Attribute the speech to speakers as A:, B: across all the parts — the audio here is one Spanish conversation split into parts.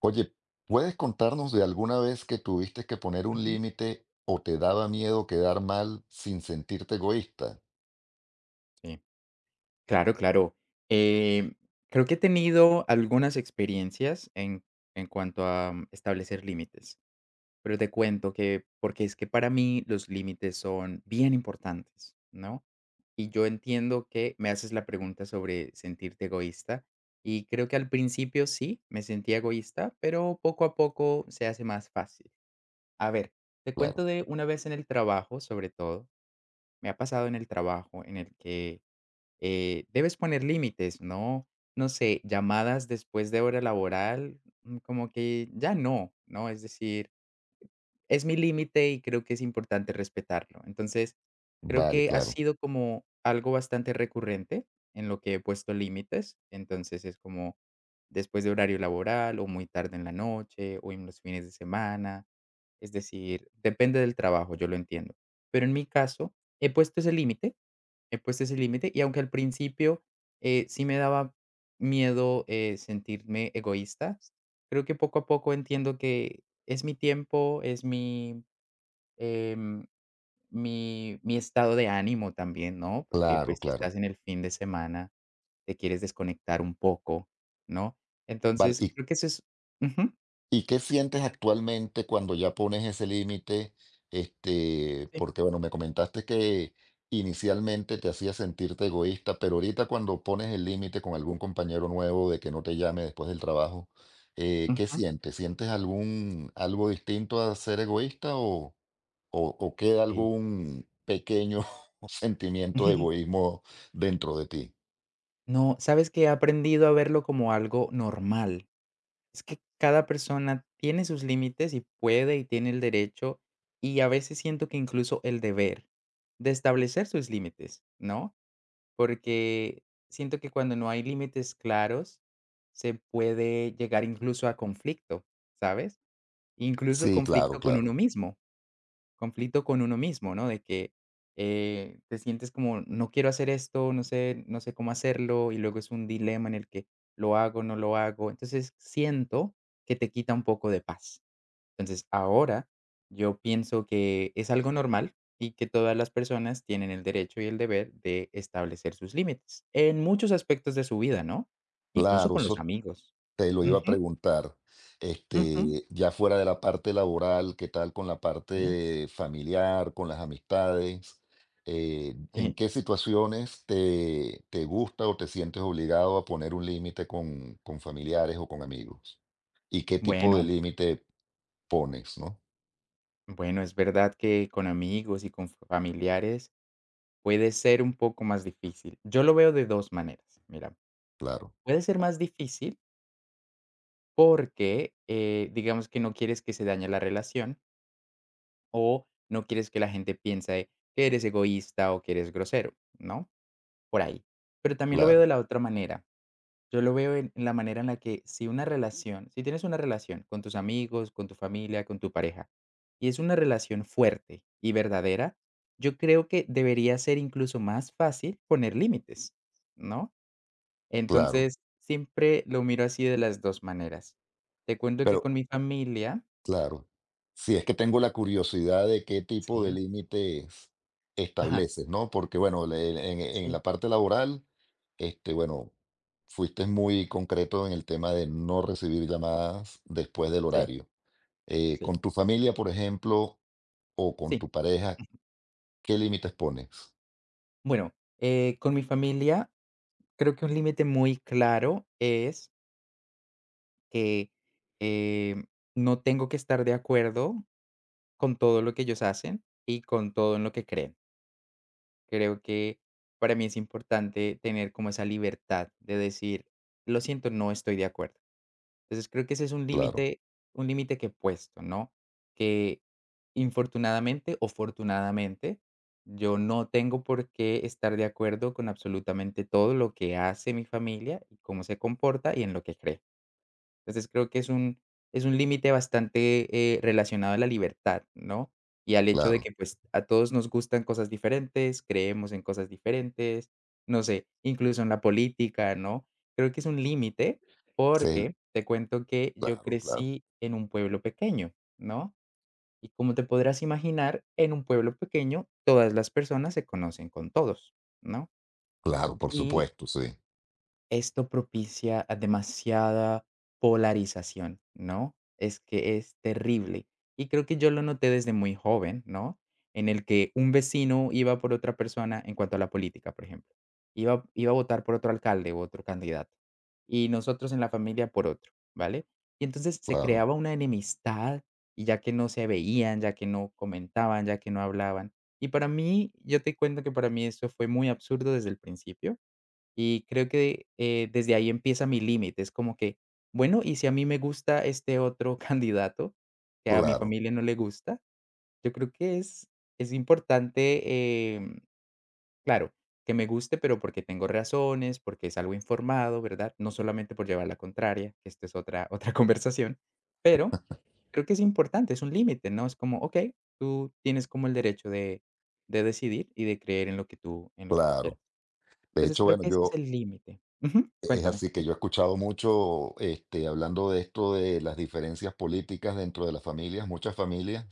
A: Oye, ¿puedes contarnos de alguna vez que tuviste que poner un
B: Ujú.
A: límite o te daba miedo quedar mal sin sentirte egoísta?
B: Sí, claro, claro. Eh, Creo que he tenido algunas experiencias en cuanto a establecer límites, pero te cuento que, porque es que para mí los límites son bien importantes, ¿no? Y yo entiendo que me haces la pregunta sobre sentirte egoísta, y creo que al principio sí, me sentía egoísta, pero poco a poco se hace más fácil. A ver, te cuento
A: Claro,
B: de una vez en el trabajo, sobre todo, me ha pasado en el trabajo en el que debes poner límites, ¿no? No sé, llamadas después de hora laboral, como que ya no, ¿no? Es decir, es mi límite y creo que es importante respetarlo. Entonces, creo
A: vale,
B: que ha
A: claro,
B: sido como algo bastante recurrente en lo que he puesto límites. Entonces, es como después de horario laboral o muy tarde en la noche o en los fines de semana. Es decir, depende del trabajo, yo lo entiendo. Pero en mi caso, he puesto ese límite he puesto ese límite y aunque al principio, sí me daba miedo, sentirme egoísta, creo que poco a poco entiendo que es mi tiempo, es mi, em, mi mi estado de ánimo también, ¿no? Porque,
A: claro,
B: pues, si
A: claro.
B: estás en el fin de semana, te quieres desconectar un poco, ¿no?
A: Vale,
B: Entonces,
A: ¿y,
B: creo que eso es ujú,
A: y qué sientes actualmente cuando ya pones ese límite? Este,
B: sí,
A: porque bueno, me comentaste que inicialmente te hacía sentirte egoísta, pero ahorita cuando pones el límite con algún compañero nuevo de que no te llame después del trabajo, ¿qué
B: ujú,
A: sientes? ¿Sientes algún algo distinto a ser egoísta o o queda
B: sí.
A: algún pequeño sentimiento de egoísmo dentro de ti.
B: No, ¿sabes que he aprendido a verlo como algo normal? Es que cada persona tiene sus límites y puede y tiene el derecho, y a veces siento que incluso el deber de establecer sus límites, ¿no? Porque siento que cuando no hay límites claros, se puede llegar incluso a conflicto, ¿sabes? Incluso
A: Sí, claro,
B: conflicto con uno
A: claro.
B: mismo. Conflicto con uno mismo, ¿no? De que, te sientes como: "No quiero hacer esto, no sé cómo hacerlo", y luego es un dilema en el que, ¿lo hago, no lo hago? Entonces, siento que te quita un poco de paz. Entonces, ahora yo pienso que es algo normal y que todas las personas tienen el derecho y el deber de establecer sus límites, en muchos aspectos de su vida, ¿no? Incluso
A: Claro,
B: con los
A: eso
B: amigos.
A: te lo iba a
B: Ujú,
A: preguntar.
B: ujú.
A: Este, ya fuera de la parte laboral, ¿qué tal con la
B: Sí,
A: parte familiar, con las amistades? ¿En
B: sí.
A: qué situaciones te gusta o te sientes obligado a poner un límite con familiares o con amigos? ¿Y qué tipo de
B: Bueno.
A: límite pones, no?
B: Bueno, es verdad que con amigos y con familiares puede ser un poco más difícil. Yo lo veo de dos maneras. Mira,
A: Claro,
B: puede ser más difícil porque digamos que no quieres que se dañe la relación o no quieres que la gente piense que eres egoísta o que eres grosero, ¿no? Por ahí. Pero también lo veo de
A: claro,
B: la otra manera. Yo lo veo en la manera en la que si una relación, si tienes una relación con tus amigos, con tu familia, con tu pareja, y es una relación fuerte y verdadera, yo creo que debería ser incluso más fácil poner límites, ¿no?
A: claro.
B: Entonces, siempre lo miro así de las 2 maneras. Te cuento
A: Pero,
B: que con mi familia
A: claro. Sí, es que tengo la curiosidad de qué tipo de
B: sí,
A: límites
B: ajá,
A: estableces, ¿no? Porque, bueno, en
B: sí,
A: la parte laboral, este, bueno, fuiste muy concreto en el tema de no recibir llamadas después del
B: sí,
A: horario.
B: sí,
A: Con tu familia, por ejemplo, o con
B: sí.
A: tu pareja, ¿qué límites pones?
B: Bueno, con mi familia creo que un límite muy claro es que, eh, no tengo que estar de acuerdo con todo lo que ellos hacen y con todo en lo que creen. Creo que para mí es importante tener como esa libertad de decir: "Lo siento, no estoy de acuerdo". Entonces, creo que ese es
A: Claro,
B: un límite que he puesto, ¿no? Que infortunadamente o fortunadamente, yo no tengo por qué estar de acuerdo con absolutamente todo lo que hace mi familia y cómo se comporta y en lo que cree. Entonces, creo que es un límite bastante, relacionado a la libertad, ¿no? Y al hecho de
A: claro.
B: que, pues, a todos nos gustan cosas diferentes, creemos en cosas diferentes, no sé, incluso en la política, ¿no? Creo que es un límite
A: Sí,
B: porque te cuento que yo
A: claro.
B: crecí en un pueblo pequeño, ¿no? Y como te podrás imaginar, en un pueblo pequeño todas las personas se conocen con todos, ¿no?
A: Claro, por
B: Y
A: supuesto, sí.
B: esto propicia a demasiada polarización, ¿no? Es que es terrible. Y creo que yo lo noté desde muy joven, ¿no? En el que un vecino iba por otra persona en cuanto a la política, por ejemplo. Iba a votar por otro alcalde u otro candidato. Y nosotros en la familia por otro, ¿vale? Y entonces se
A: Claro,
B: creaba una enemistad y ya que no se veían, ya que no comentaban, ya que no hablaban. Y para mí, yo te cuento que para mí eso fue muy absurdo desde el principio y creo que, desde ahí empieza mi límite, es como que, bueno, y si a mí me gusta este otro candidato, que a mi
A: claro,
B: familia no le gusta, yo creo que es importante, claro, que me guste, pero porque tengo razones, porque es algo informado, ¿verdad? No solamente por llevar la contraria, que esto es otra otra conversación, pero creo que es importante, es un límite, ¿no? Es como, okey, tú tienes como el derecho de decidir y de creer en lo que tú en lo que tú
A: claro.
B: quieras.
A: De
B: Entonces,
A: hecho,
B: creo
A: bueno,
B: que ese es
A: yo,
B: el límite. Ujú,
A: es
B: cuéntame.
A: así que
B: Sí.
A: yo he escuchado mucho, este, hablando de esto de las diferencias políticas dentro de las familias. Muchas familias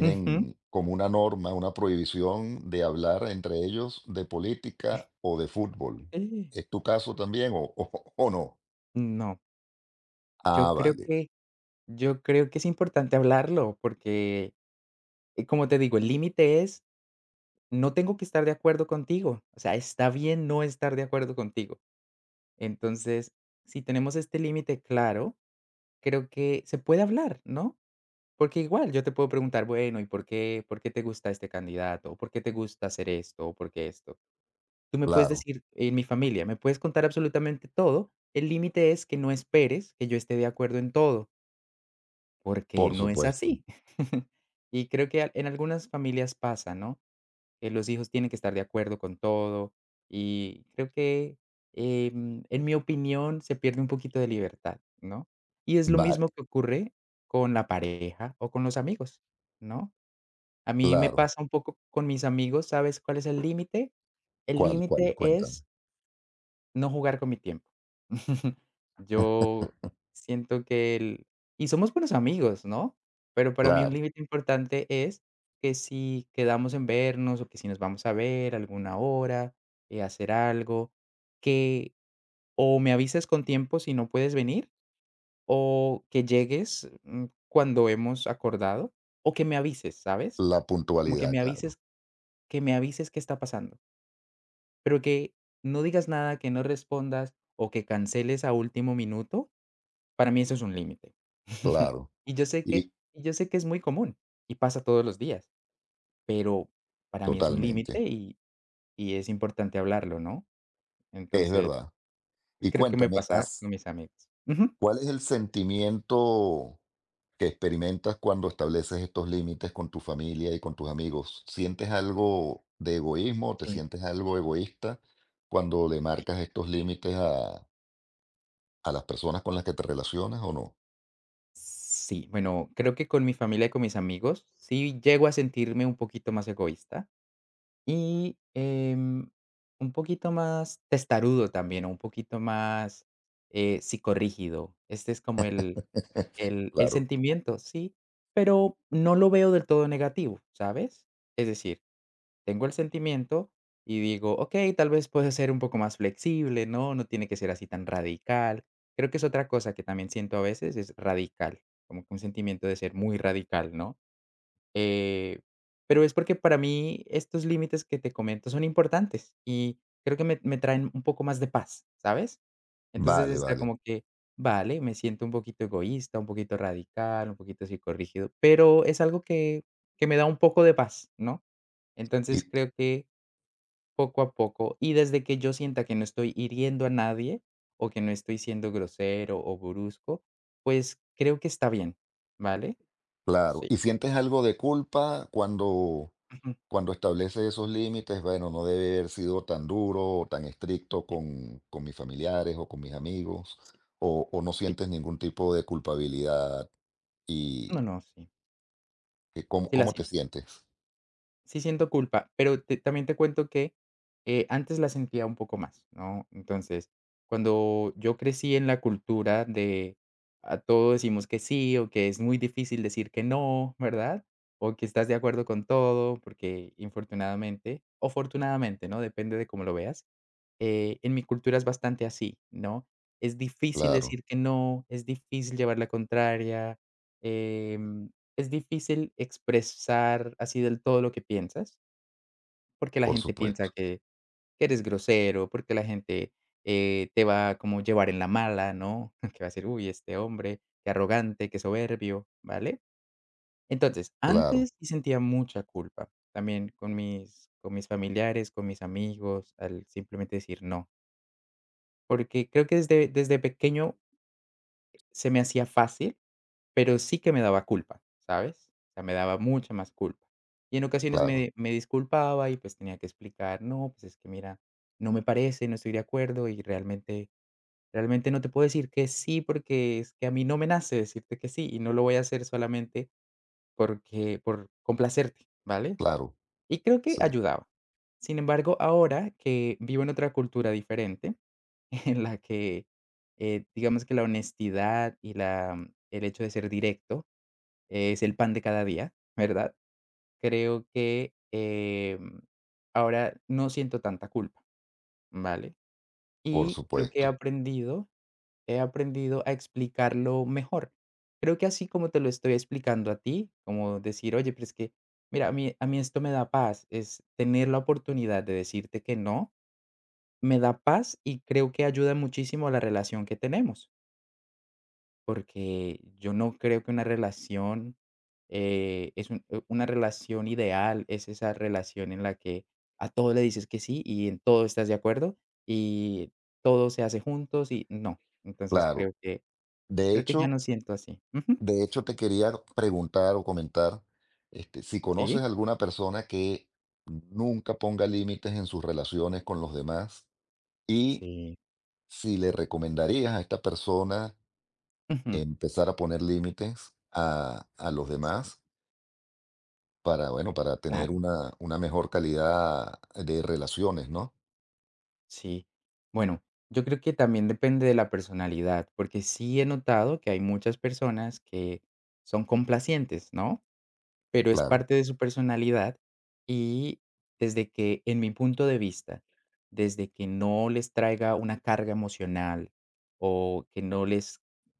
B: Ujú.
A: como una norma, una prohibición de hablar entre ellos de política o de fútbol.
B: Sí.
A: ¿Es tu caso también o, o no?
B: No,
A: Ah,
B: yo creo
A: vale,
B: que yo creo que es importante hablarlo, porque, como te digo, el límite es, no tengo que estar de acuerdo contigo, o sea, está bien no estar de acuerdo contigo. Entonces, si tenemos este límite claro, creo que se puede hablar, ¿no? Porque igual yo te puedo preguntar, bueno, ¿y por qué te gusta este candidato? ¿O por qué te gusta hacer esto? ¿O por qué esto? Tú me puedes
A: claro,
B: decir, mi familia, me puedes contar absolutamente todo, el límite es que no esperes que yo esté de acuerdo en todo, porque
A: por
B: no es
A: supuesto.
B: así. Y creo que en algunas familias pasa, ¿no? Que los hijos tienen que estar de acuerdo con todo y creo que, en mi opinión, se pierde un poquito de libertad, ¿no? Y es lo
A: Vale,
B: mismo que ocurre con la pareja o con los amigos, ¿no? A mí me
A: claro.
B: pasa un poco con mis amigos, ¿sabes cuál es el límite? El
A: ¿Cuál, cuál?
B: límite
A: Cuéntame.
B: es no jugar con mi tiempo. Yo siento que el y somos buenos amigos, ¿no? Pero para mí un
A: Claro,
B: límite importante es que si quedamos en vernos o que si nos vamos a ver alguna hora, hacer algo, que o me avisas con tiempo si no puedes venir, o que llegues, cuando hemos acordado, o que me avises, ¿sabes?
A: la
B: Como que
A: puntualidad,
B: me
A: claro,
B: avises qué está pasando. Pero que no digas nada, que no respondas o que canceles a último minuto, para mí eso es un límite.
A: claro.
B: Y yo sé que
A: Y
B: es muy común y pasa todos los días, pero para mí es un límite
A: totalmente,
B: y es importante hablarlo, ¿no?
A: es
B: Entonces,
A: verdad. Y
B: creo que me
A: cuéntame,
B: pasa con mis amigos. Ujú.
A: ¿cuál es el sentimiento que experimentas cuando estableces estos límites con tu familia y con tus amigos? ¿Sientes algo de egoísmo o te
B: Sí,
A: sientes algo egoísta cuando le
B: sí.
A: marcas estos límites a las personas con las que te relacionas o no?
B: Sí, bueno, creo que con mi familia y con mis amigos sí llego a sentirme un poquito más egoísta. Y, un poquito más testarudo también, o un poquito más, psicorrígido. Este es como el
A: Claro,
B: sentimiento, sí, pero no lo veo del todo negativo, ¿sabes? Es decir, tengo el sentimiento y digo: "Okey, tal vez puede ser un poco más flexible, ¿no? No tiene que ser así tan radical". Creo que es otra cosa que también siento a veces, es radical, como que un sentimiento de ser muy radical, ¿no? Eh, pero es porque para mí estos límites que te comento son importantes y creo que me traen un poco más de paz, ¿sabes? Entonces
A: vale,
B: está
A: vale.
B: como que, vale, me siento un poquito egoísta, un poquito radical, un poquito psicorrígido, pero es algo que me da un poco de paz, ¿no?
A: Y
B: Entonces creo que poco a poco y desde que yo sienta que no estoy hiriendo a nadie o que no estoy siendo grosero o brusco, pues creo que está bien, ¿vale?
A: claro,
B: Sí.
A: ¿y sientes algo de culpa cuando cuando establece esos límites, bueno, no debe haber sido tan duro o tan estricto con mis familiares o con mis amigos,
B: Sí, sí,
A: o no
B: sí.
A: sientes ningún tipo de culpabilidad. ¿Y
B: No, no, sí,
A: que cómo,
B: sí la
A: cómo te
B: siento.
A: sientes?
B: Sí siento culpa, pero te también te cuento que, antes la sentía un poco más, ¿no? Entonces, cuando yo crecí en la cultura de a todo decimos que sí, o que es muy difícil decir que no, ¿verdad? O que estás de acuerdo con todo, porque infortunadamente, o fortunadamente, ¿no? Depende de cómo lo veas, en mi cultura es bastante así, ¿no? Es difícil
A: Claro,
B: decir que no, es difícil llevar la contraria, em es difícil expresar así del todo lo que piensas, porque la
A: por
B: gente piensa
A: supuesto.
B: que eres grosero, porque la gente, te va a como llevar en la mala, ¿no? Que va a decir: "Uy, este hombre, qué arrogante, qué soberbio", ¿vale? Entonces,
A: Claro,
B: antes sí sentía mucha culpa, también con mis familiares, con mis amigos, al simplemente decir no, porque creo que desde pequeño se me hacía fácil. Pero sí que me daba culpa, ¿sabes? O sea, me daba mucha más culpa. Y en ocasiones
A: claro,
B: me disculpaba y, pues, tenía que explicar: "No, pues, es que mira, no me parece, no estoy de acuerdo y realmente no te puedo decir que sí, porque es que a mí no me nace decirte que sí, y no lo voy a hacer solamente porque por complacerte", ¿vale?
A: claro.
B: Y creo que
A: Sí,
B: ayudaba. Sin embargo, ahora que vivo en otra cultura diferente, en la que, digamos que la honestidad y la el hecho de ser directo es el pan de cada día, ¿verdad? Creo que, ahora no siento tanta culpa, ¿vale?
A: por
B: Y creo que
A: supuesto.
B: he aprendido a explicarlo mejor. Creo que así como te lo estoy explicando a ti, como decir: "Oye, pero es que, mira, a mí esto me da paz", es tener la oportunidad de decirte que no, me da paz y creo que ayuda muchísimo a la relación que tenemos. Porque yo no creo que una relación, es un una relación ideal, es esa relación en la que a todo le dices que sí y en todo estás de acuerdo y todo se hace juntos y no. Entonces
A: Claro.
B: creo que
A: De
B: creo que ya
A: hecho,
B: no siento así. Ujú.
A: de hecho te quería preguntar o comentar, este, si conoces
B: Sí,
A: alguna persona que nunca ponga límites en sus relaciones con los demás y
B: sí.
A: si le recomendarías a esta persona
B: Ujú.
A: empezar a poner límites a los
B: Sí,
A: demás para, bueno, para tener
B: claro,
A: una mejor calidad de relaciones, ¿no?
B: sí. Bueno, yo creo que también depende de la personalidad, porque sí he notado que hay muchas personas que son complacientes, ¿no? Pero es
A: Claro,
B: parte de su personalidad y desde que, en mi punto de vista, desde que no les traiga una carga emocional o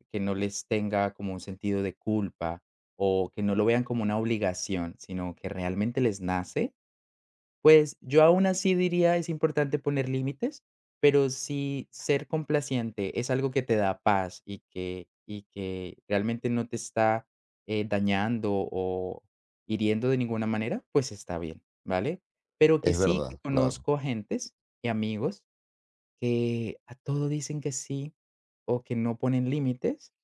B: que no les tenga como un sentido de culpa o que no lo vean como una obligación, sino que realmente les nace, pues, yo aún así diría, es importante poner límites, pero si ser complaciente es algo que te da paz y que realmente no te está, dañando o hiriendo de ninguna manera, pues está bien, ¿vale? Pero que
A: es
B: sí que
A: verdad, claro,
B: conozco gentes y amigos que a todo dicen que sí o que no ponen límites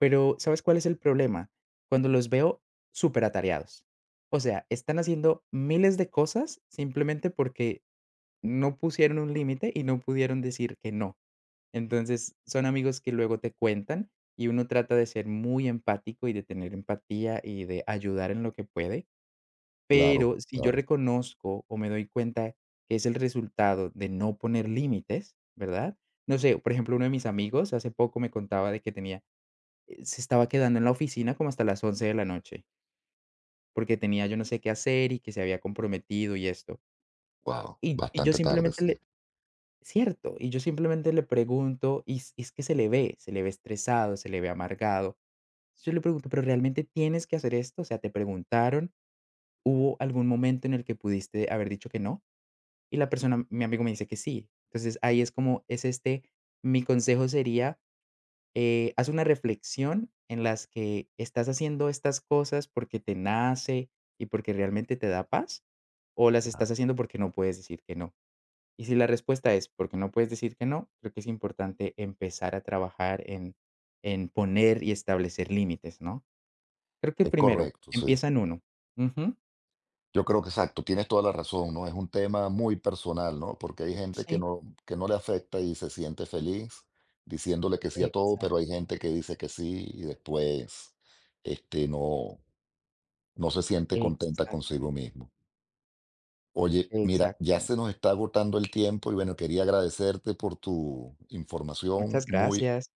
B: pero, ¿sabes cuál es el problema? Cuando los veo súper atareados. O sea, están haciendo miles de cosas simplemente porque no pusieron un límite y no pudieron decir que no. Entonces, son amigos que luego te cuentan y uno trata de ser muy empático y de tener empatía y de ayudar en lo que puede.
A: claro,
B: Pero si yo
A: claro.
B: reconozco o me doy cuenta que es el resultado de no poner límites, ¿verdad? No sé, por ejemplo, uno de mis amigos hace poco me contaba de que tenía se estaba quedando en la oficina como hasta las 11 de la noche, porque tenía yo no sé qué hacer y que se había comprometido y esto.
A: Wow,
B: Y yo
A: bastante tarde,
B: simplemente
A: sí,
B: le cierto, y yo simplemente le pregunto, y es que se le ve estresado, se le ve amargado. Yo le pregunto: "¿Pero realmente tienes que hacer esto? O sea, ¿te preguntaron? ¿Hubo algún momento en el que pudiste haber dicho que no?". Y la persona mi amigo me dice que sí. Entonces, ahí es como es este mi consejo sería haz una reflexión en las que estás haciendo estas cosas porque te nace y porque realmente te da paz, o las
A: claro.
B: estás haciendo porque no puedes decir que no. Y si la respuesta es porque no puedes decir que no, creo que es importante empezar a trabajar en poner y establecer límites, ¿no? Creo que
A: Es
B: primero,
A: correcto, sí.
B: empieza en uno. Ujú.
A: Yo creo que exacto, tienes toda la razón, ¿no? Es un tema muy personal, ¿no? Porque hay gente
B: Sí,
A: que no le afecta y se siente feliz diciéndole que sí a todo, pero hay
B: exacto,
A: gente que dice que sí y después, este, no. No se siente contenta consigo
B: exactamente,
A: mismo. Oye, mira, ya se
B: exactamente.
A: nos está agotando el tiempo y bueno, quería agradecerte por tu información
B: Muchas
A: muy
B: gracias.